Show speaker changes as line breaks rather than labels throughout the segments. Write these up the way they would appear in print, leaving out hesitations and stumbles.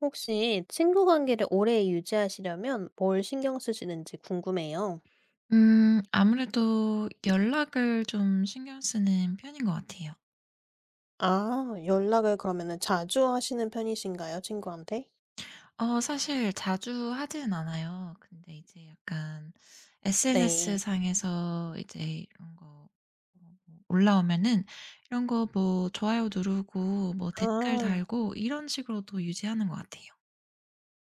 혹시 친구 관계를 오래 유지하시려면 뭘 신경 쓰시는지 궁금해요.
아무래도 연락을 좀 신경 쓰는 편인 것 같아요.
아, 연락을 그러면은 자주 하시는 편이신가요, 친구한테?
사실 자주 하진 않아요. 근데 이제 약간 SNS
네.
상에서 이제 이런 거 뭐 올라오면은 이런 거 뭐 좋아요 누르고 뭐 댓글
아,
달고 이런 식으로 도 유지하는 것 같아요.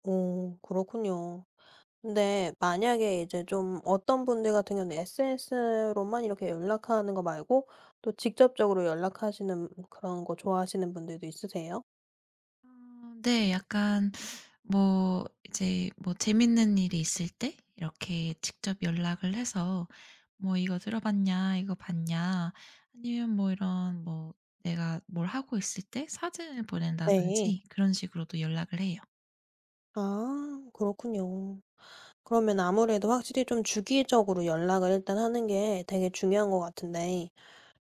오, 그렇군요. 근데 만약에 이제 좀 어떤 분들 같은 경우는 SNS로만 이렇게 연락하는 거 말고 또 직접적으로 연락하시는 그런 거 좋아하시는 분들도 있으세요?
아 네. 약간 뭐 이제 뭐 재밌는 일이 있을 때 이렇게 직접 연락을 해서 "뭐 이거 들어봤냐? 이거 봤냐?" 아니면 뭐 이런 뭐 내가 뭘 하고 있을 때 사진을
네.
보낸다든지 그런 식으로도 연락을 해요.
아, 그렇군요. 그러면 아무래도 확실히 좀 주기적으로 연락을 일단 하는 게 되게 중요한 것 같은데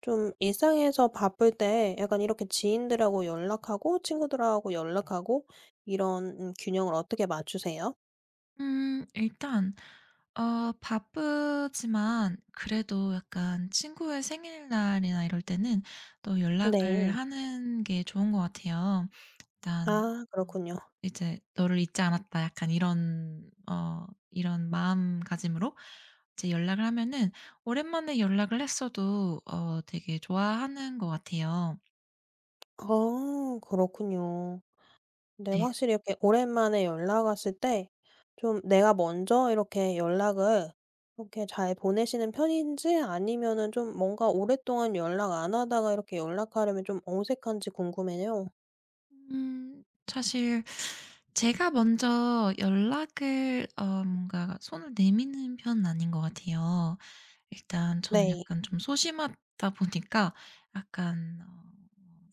좀 일상에서 바쁠 때 약간 이렇게 지인들하고 연락하고 친구들하고 연락하고 이런 균형을 어떻게 맞추세요?
일단 바쁘지만 그래도 약간 친구의 생일날이나 이럴 때는 또 연락을
네.
하는 게 좋은 것 같아요. 일단
아
어
그렇군요.
이제 '너를 잊지 않았다.' 약간 이런 이런 마음가짐으로 이제 연락을 하면은 오랜만에 연락을 했어도 되게 좋아하는 것 같아요.
어 그렇군요. 근데
네.
확실히 이렇게 오랜만에 연락 왔을 때 좀 내가 먼저 이렇게 연락을 이렇게 잘 보내시는 편인지 아니면은 좀 뭔가 오랫동안 연락 안 하다가 이렇게 연락하려면 좀 어색한지 궁금해요.
사실 제가 먼저 연락을 뭔가 손을 내미는 편은 아닌 것 같아요. 일단 저는
네.
약간 좀 소심하다 보니까 약간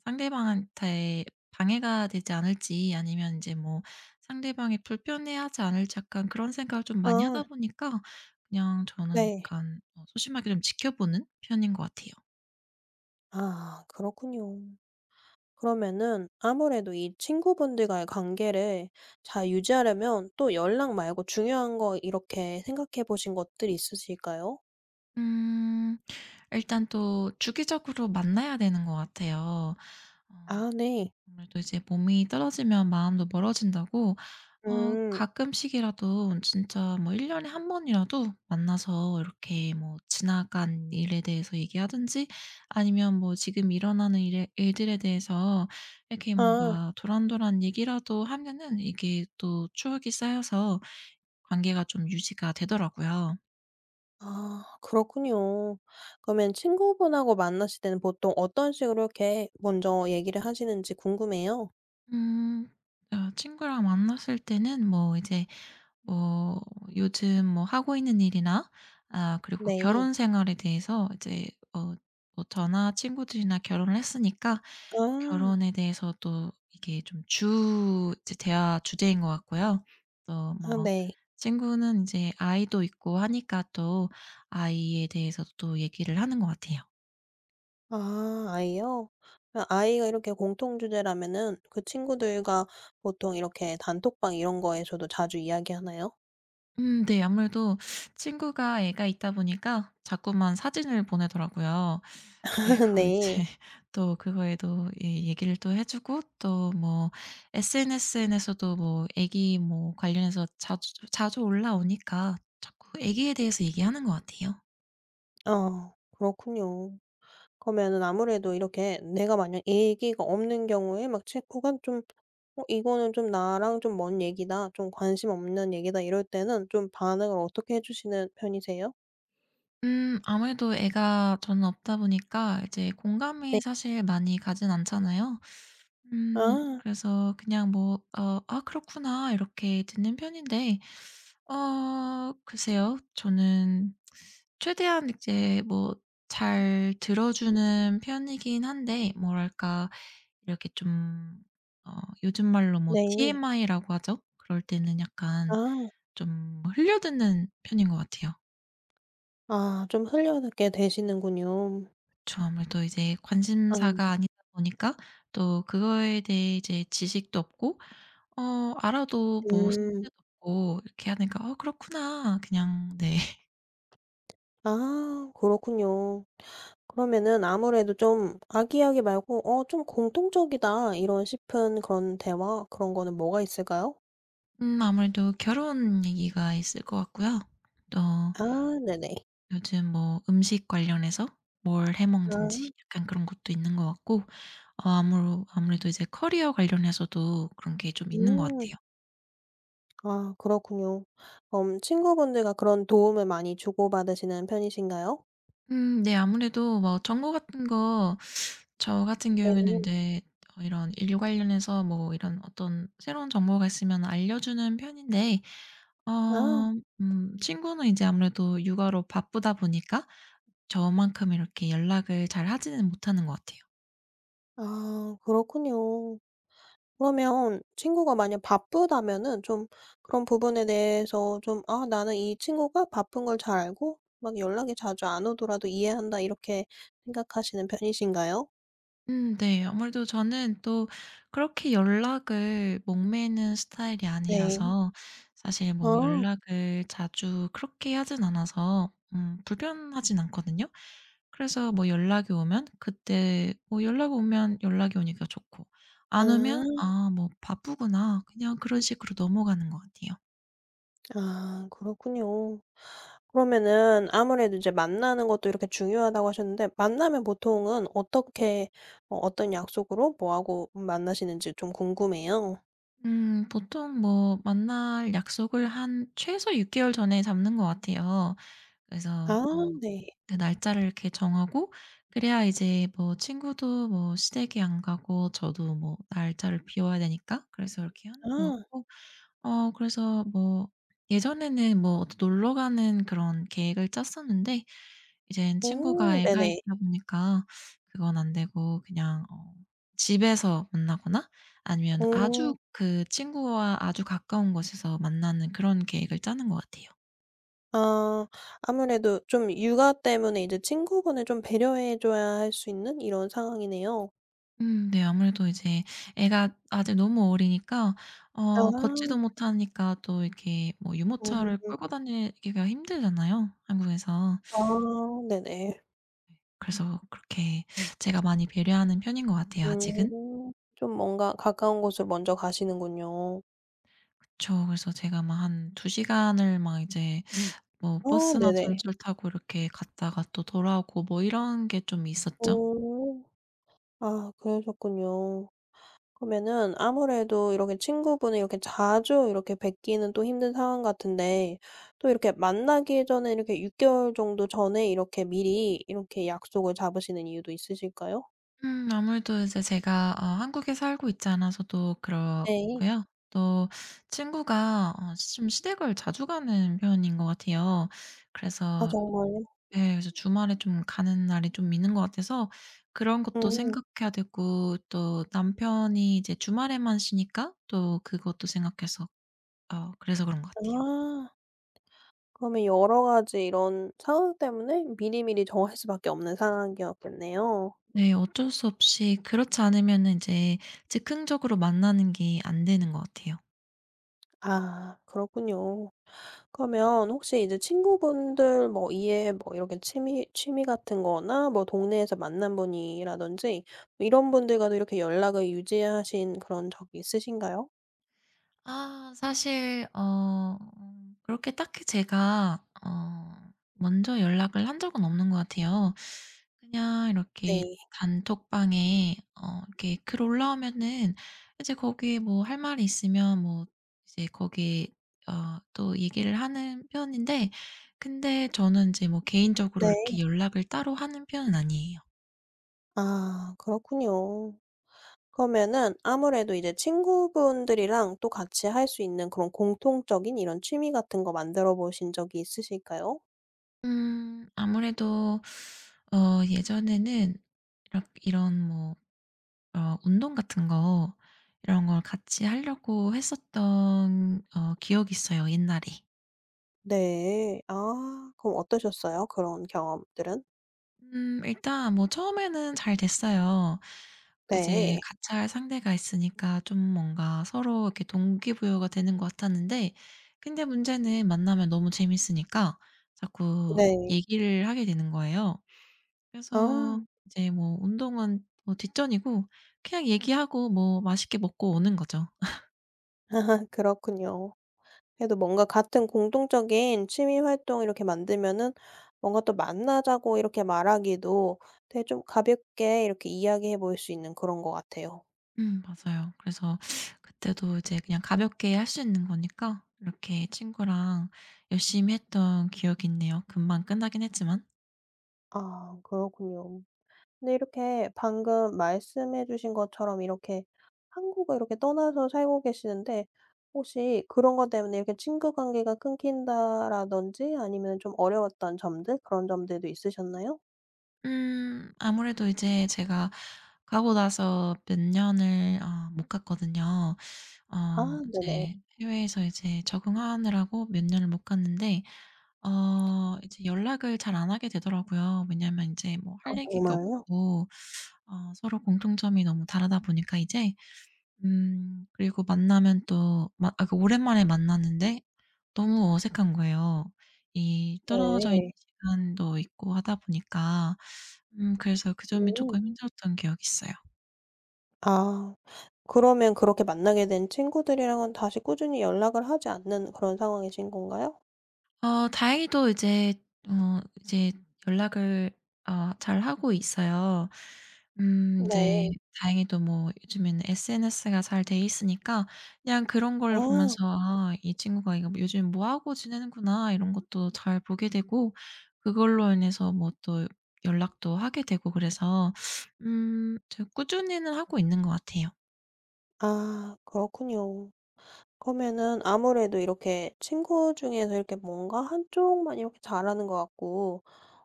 상대방한테 방해가 되지 않을지 아니면 이제 뭐 상대방이 불편해하지 않을지 약간 그런 생각을 좀 많이
아
하다 보니까 그냥 저는
네.
약간 소심하게 좀 지켜보는 편인 것 같아요.
아 그렇군요. 그러면은 아무래도 이 친구분들과의 관계를 잘 유지하려면 또 연락 말고 중요한 거 이렇게 생각해 보신 것들이 있으실까요?
음 일단 또 주기적으로 만나야 되는 것 같아요. 어.
아 네.
아무래도 이제 몸이 떨어지면 마음도 멀어진다고
음.
가끔씩이라도 진짜 뭐 1 년에 한 번이라도 만나서 이렇게 뭐 지나간 일에 대해서 얘기하든지 아니면 뭐 지금 일어나는 일에 일들에 대해서 이렇게
아.
뭔가 도란도란 얘기라도 하면은 이게 또 추억이 쌓여서 관계가 좀 유지가 되더라고요.
아 그렇군요. 그러면 친구분하고 만나실 때는 보통 어떤 식으로 이렇게 먼저 얘기를 하시는지 궁금해요.
음. 친구랑 만났을 때는 뭐 이제 뭐 요즘 뭐 하고 있는 일이나 아 그리고
네.
결혼 생활에 대해서 이제 어 뭐 저나 친구들이나 결혼을 했으니까
아.
결혼에 대해서 또 이게 좀 주 이제 대화 주제인 것 같고요. 또
아
뭐
네.
친구는 이제 아이도 있고 하니까 또 아이에 대해서도 또 얘기를 하는 것 같아요.
아 아이요? 그럼 아이가 이렇게 공통 주제라면은 그 친구들과 보통 이렇게 단톡방 이런 거에서도 자주 이야기하나요?
네. 아무래도 친구가 애가 있다 보니까 자꾸만 사진을 보내더라고요. 그리고 이제
네.
또 그거에도 예 얘기를 또 해 주고 또 뭐 SNS에서도 뭐 애기 뭐 관련해서 자주 자주 올라오니까 자꾸 애기에 대해서 얘기하는 것 같아요.
아 그렇군요. 그러면은 아무래도 이렇게 내가 만약 얘기가 없는 경우에 막 친구가 좀 '어 이거는 좀 나랑 좀 먼 얘기다. 좀 관심 없는 얘기다.' 이럴 때는 좀 반응을 어떻게 해 주시는 편이세요?
아무래도 애가 저는 없다 보니까 이제 공감이
네.
사실 많이 가진 않잖아요.
아
그래서 그냥 뭐 "아 그렇구나." 이렇게 듣는 편인데 글쎄요. 저는 최대한 이제 뭐 잘 들어주는 편이긴 한데 뭐랄까 이렇게 좀 어 요즘 말로 뭐
네.
TMI라고 하죠? 그럴 때는 약간
아.
좀 흘려듣는 편인 것 같아요.
아 좀 흘려 듣게 되시는군요.
저 아무래도 이제
아
관심사가 아니다 보니까 또 그거에 대해 이제 지식도 없고 어 알아도 뭐 쓸
음.
데도 없고 이렇게 하니까 '어 그렇구나.' 그냥 네.
아 그렇군요. 그러면은 아무래도 좀 아기야기 말고 좀 공통적이다 이런 싶은 그런 대화 그런 거는 뭐가 있을까요?
아무래도 결혼 얘기가 있을 것 같고요. 또
아 네네.
요즘 뭐 음식 관련해서 뭘 해 먹는지
아
약간 그런 것도 있는 것 같고 어 아무로 아무래도 이제 커리어 관련해서도 그런 게 좀 있는 것
음.
같아요.
아 그렇군요. 그럼 친구분들과 그런 도움을 많이 주고받으시는 편이신가요?
네. 아무래도 뭐 정보 같은 거 저 같은 경우에는 이
네.
제 이런 일 관련해서 뭐 이런 어떤 새로운 정보가 있으면 알려주는 편인데
아.
어 친구는 이제 아무래도 육아로 바쁘다 보니까 저만큼 이렇게 연락을 잘 하지는 못하는 것 같아요.
아 그렇군요. 그러면 친구가 만약 바쁘다면은 좀 그런 부분에 대해서 좀 '아 나는 이 친구가 바쁜 걸 잘 알고 막 연락이 자주 안 오더라도 이해한다.' 이렇게 생각하시는 편이신가요?
네. 아무래도 저는 또 그렇게 연락을 목매는 스타일이
네.
아니라서 사실 뭐
아.
연락을 자주 그렇게 하진 않아서 불편하진 않거든요. 그래서 뭐 연락이 오면 그때 뭐 연락 오면 연락이 오니까 좋고 안
아.
오면 '아 뭐 바쁘구나.' 그냥 그런 식으로 넘어가는 것 같아요.
아 그렇군요. 그러면은 아무래도 이제 만나는 것도 이렇게 중요하다고 하셨는데 만나면 보통은 어떻게 어떤 약속으로 뭐 하고 만나시는지 좀 궁금해요.
보통 뭐 만날 약속을 한 최소 6개월 전에 잡는 것 같아요. 그래서
아 네.
네, 날짜를 이렇게 정하고 그래야 이제 뭐 친구도 뭐 시댁에 안 가고 저도 뭐 날짜를 비워야 되니까 그래서 이렇게 하는 것
아.
같고 그래서 뭐 예전에는 뭐 어디 놀러 가는 그런 계획을 짰었는데 이젠 친구가
오
애가
네네.
있다 보니까 그건 안 되고 그냥 집에서 만나거나 아니면
오.
아주 그 친구와 아주 가까운 곳에서 만나는 그런 계획을 짜는 것 같아요.
아 아무래도 좀 육아 때문에 이제 친구분을 좀 배려해 줘야 할 수 있는 이런 상황이네요.
네. 아무래도 이제 애가 아직 너무 어리니까 걷지도
아.
못하니까 또 이렇게 뭐 유모차를
음.
끌고 다니기가 힘들잖아요, 한국에서.
아 네네.
그래서 그렇게 제가 많이 배려하는 편인 것 같아요, 아직은.
음. 좀 뭔가 가까운 곳으로 먼저 가시는군요.
그래서 제가 막 한 두 시간을 막 이제 뭐
아
버스나
네네.
전철 타고 이렇게 갔다가 또 돌아오고 뭐 이런 게 좀 있었죠.
오, 아 그러셨군요. 그러면은 아무래도 이렇게 친구분을 이렇게 자주 이렇게 뵙기는 또 힘든 상황 같은데 또 이렇게 만나기 전에 이렇게 6개월 개월 정도 전에 이렇게 미리 이렇게 약속을 잡으시는 이유도 있으실까요?
아무래도 이제 제가 한국에 살고 있지 않아서도
네.
그렇고요. 또 친구가 좀 시댁을 자주 가는 편인 것 같아요.
아
그래서
정말요?
예 그래서 주말에 좀 가는 날이 좀 있는 것 같아서 그런 것도
음.
생각해야 되고 또 남편이 이제 주말에만 쉬니까 또 그것도 생각해서 그래서 그런 것 같아요.
아. 그러면 여러 가지 이런 상황 때문에 미리미리 정할 수밖에 없는 상황이었겠네요.
네, 어쩔 수 없이 그렇지 않으면 이제 즉흥적으로 만나는 게 안 되는 것 같아요.
아 그렇군요. 그러면 혹시 이제 친구분들 뭐 이에 뭐 이렇게 취미 같은 거나 뭐 동네에서 만난 분이라든지 뭐 이런 분들과도 이렇게 연락을 유지하신 그런 적이 있으신가요?
아 사실 그렇게 딱히 제가 먼저 연락을 한 적은 없는 것 같아요. 그냥 이렇게
네.
단톡방에 이렇게 글 올라오면은 이제 거기에 뭐 할 말이 있으면 뭐 이제 거기에 또 얘기를 하는 편인데 근데 저는 이제 뭐 개인적으로
네.
이렇게 연락을 따로 하는 편은 아니에요.
아 그렇군요. 그러면은 아무래도 이제 친구분들이랑 또 같이 할 수 있는 그런 공통적인 이런 취미 같은 거 만들어 보신 적이 있으실까요?
아무래도 예전에는 이렇 이런 뭐 운동 같은 거 이런 걸 같이 하려고 했었던 기억이 있어요 옛날에.
네. 아 그럼 어떠셨어요? 그런 경험들은?
일단 뭐 처음에는 잘 됐어요. 이제
네.
같이 할 상대가 있으니까 좀 뭔가 서로 이렇게 동기부여가 되는 것 같았는데 근데 문제는 만나면 너무 재밌으니까 자꾸
네.
얘기를 하게 되는 거예요. 그래서
아
이제 뭐 운동은 뭐 뒷전이고 그냥 얘기하고 뭐 맛있게 먹고 오는 거죠.
그렇군요. 그래도 뭔가 같은 공통적인 취미 활동 이렇게 만들면은 뭔가 또 만나자고 이렇게 말하기도 되게 좀 가볍게 이렇게 이야기해 볼 수 있는 그런 것 같아요.
음, 맞아요. 그래서 그때도 이제 그냥 가볍게 할 수 있는 거니까 이렇게 친구랑 열심히 했던 기억이 있네요. 금방 끝나긴 했지만.
아 그렇군요. 근데 이렇게 방금 말씀해 주신 것처럼 이렇게 한국을 이렇게 떠나서 살고 계시는데 혹시 그런 것 때문에 이렇게 친구 관계가 끊긴다라든지 아니면 좀 어려웠던 점들 그런 점들도 있으셨나요?
아무래도 이제 제가 가고 나서 몇 년을 못 갔거든요.
아 네네.
이제 해외에서 이제 적응하느라고 몇 년을 못 갔는데 이제 연락을 잘 안 하게 되더라고요. 왜냐하면 이제 뭐
아
할 얘기가
정말요?
없고 서로 공통점이 너무 다르다 보니까 이제. 그리고 만나면 또 막 아 그 오랜만에 만났는데 너무 어색한 거예요. 이 떨어져 있는
네.
시간도 있고 하다 보니까 그래서 그 점이
음.
조금 힘들었던 기억이 있어요.
아 그러면 그렇게 만나게 된 친구들이랑은 다시 꾸준히 연락을 하지 않는 그런 상황이신 건가요?
다행히도 이제 연락을 잘하고 있어요. 이제
네.
다행히도 뭐 요즘에는 SNS가 잘 돼 있으니까 그냥 그런 걸 보면서
아.
'아 이 친구가 이거 요즘 뭐 하고 지내는구나.' 이런 것도 잘 보게 되고 그걸로 인해서 뭐 또 연락도 하게 되고 그래서 저 꾸준히는 하고 있는 것 같아요.
아 그렇군요. 그러면은 아무래도 이렇게 친구 중에서 이렇게 뭔가 한쪽만 이렇게 잘하는 것 같고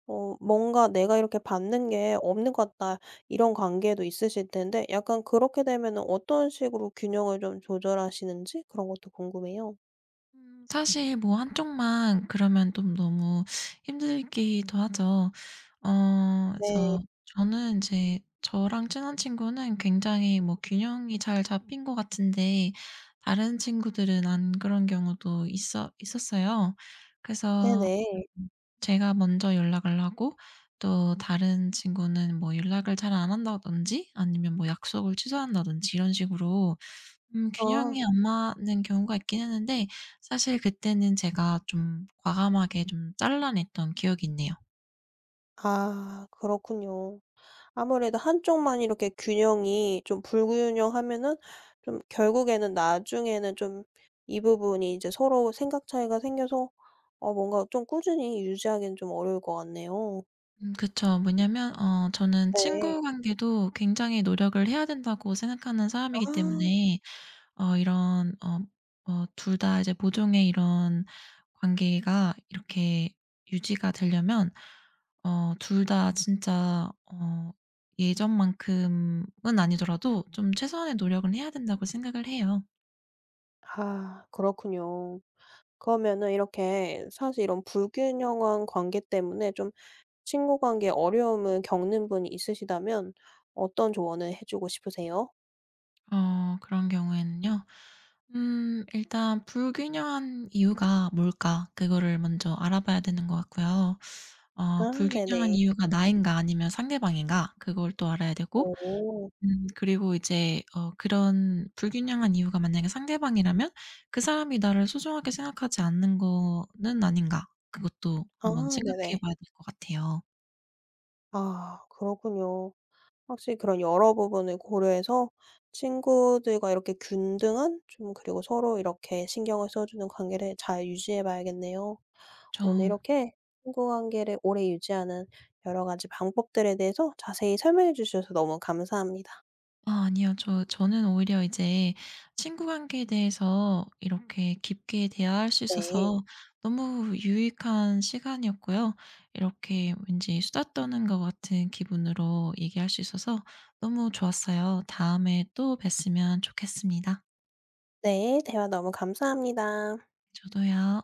뭔가 '내가 이렇게 받는 게 없는 것 같다.' 이런 관계도 있으실 텐데 약간 그렇게 되면은 어떤 식으로 균형을 좀 조절하시는지 그런 것도 궁금해요.
사실 뭐 한쪽만 그러면 좀 너무 힘들기도 하죠.
네.
그래서 저는 이제 저랑 친한 친구는 굉장히 뭐 균형이 잘 잡힌 것 같은데 다른 친구들은 안 그런 경우도 있어 있었어요. 그래서
네네.
음 제가 먼저 연락을 하고 또 다른 친구는 뭐 연락을 잘 안 한다든지 아니면 뭐 약속을 취소한다든지 이런 식으로
아.
균형이 안 맞는 경우가 있긴 했는데 사실 그때는 제가 좀 과감하게 좀 잘라냈던 기억이 있네요.
아 그렇군요. 아무래도 한쪽만 이렇게 균형이 좀 불균형하면은 좀 결국에는 나중에는 좀 이 부분이 이제 서로 생각 차이가 생겨서 뭔가 좀 꾸준히 유지하기는 좀 어려울 것 같네요.
음, 그쵸. 뭐냐면 저는
네.
친구 관계도 굉장히 노력을 해야 된다고 생각하는
아.
사람이기
음.
때문에 어 이런 어 어 둘 다 이제 모종의 이런 관계가 이렇게 유지가 되려면 둘 다 진짜 예전만큼은 아니더라도 좀최한의 노력은 해야 된다고 생각을 해요.
아 그렇군요. 그러면은 이렇게 사실 이런 불균형한 관계 때문에 좀 친구 관계에 어려움을 겪는 분이 있으시다면 어떤 조언을 해 주고 싶으세요?
그런 경우에는요. 일단 '불균형한 이유가 뭘까?' 그거를 먼저 알아봐야 되는 것 같고요.
아 네네.
불균형한 이유가 나인가 아니면 상대방인가 그걸 또 알아야 되고
오.
그리고 이제 그런 불균형한 이유가 만약에 상대방이라면 '그 사람이 나를 소중하게 생각하지 않는 거는 아닌가?' 그것도
아
한번 생각해
네네.
봐야 될 것 같아요.
아 그렇군요. 확실히 그런 여러 부분을 고려해서 친구들과 이렇게 균등한 좀 그리고 서로 이렇게 신경을 써 주는 관계를 잘 유지해 봐야겠네요. 오늘
저
이렇게 친구 관계를 오래 유지하는 여러 가지 방법들에 대해서 자세히 설명해 주셔서 너무 감사합니다.
아 아니요. 저는 오히려 이제 친구 관계에 대해서 이렇게 깊게 대화할 수
네.
있어서 너무 유익한 시간이었고요. 이렇게 왠지 수다 떠는 것 같은 기분으로 얘기할 수 있어서 너무 좋았어요. 다음에 또 뵀으면 좋겠습니다.
네. 대화 너무 감사합니다.
저도요.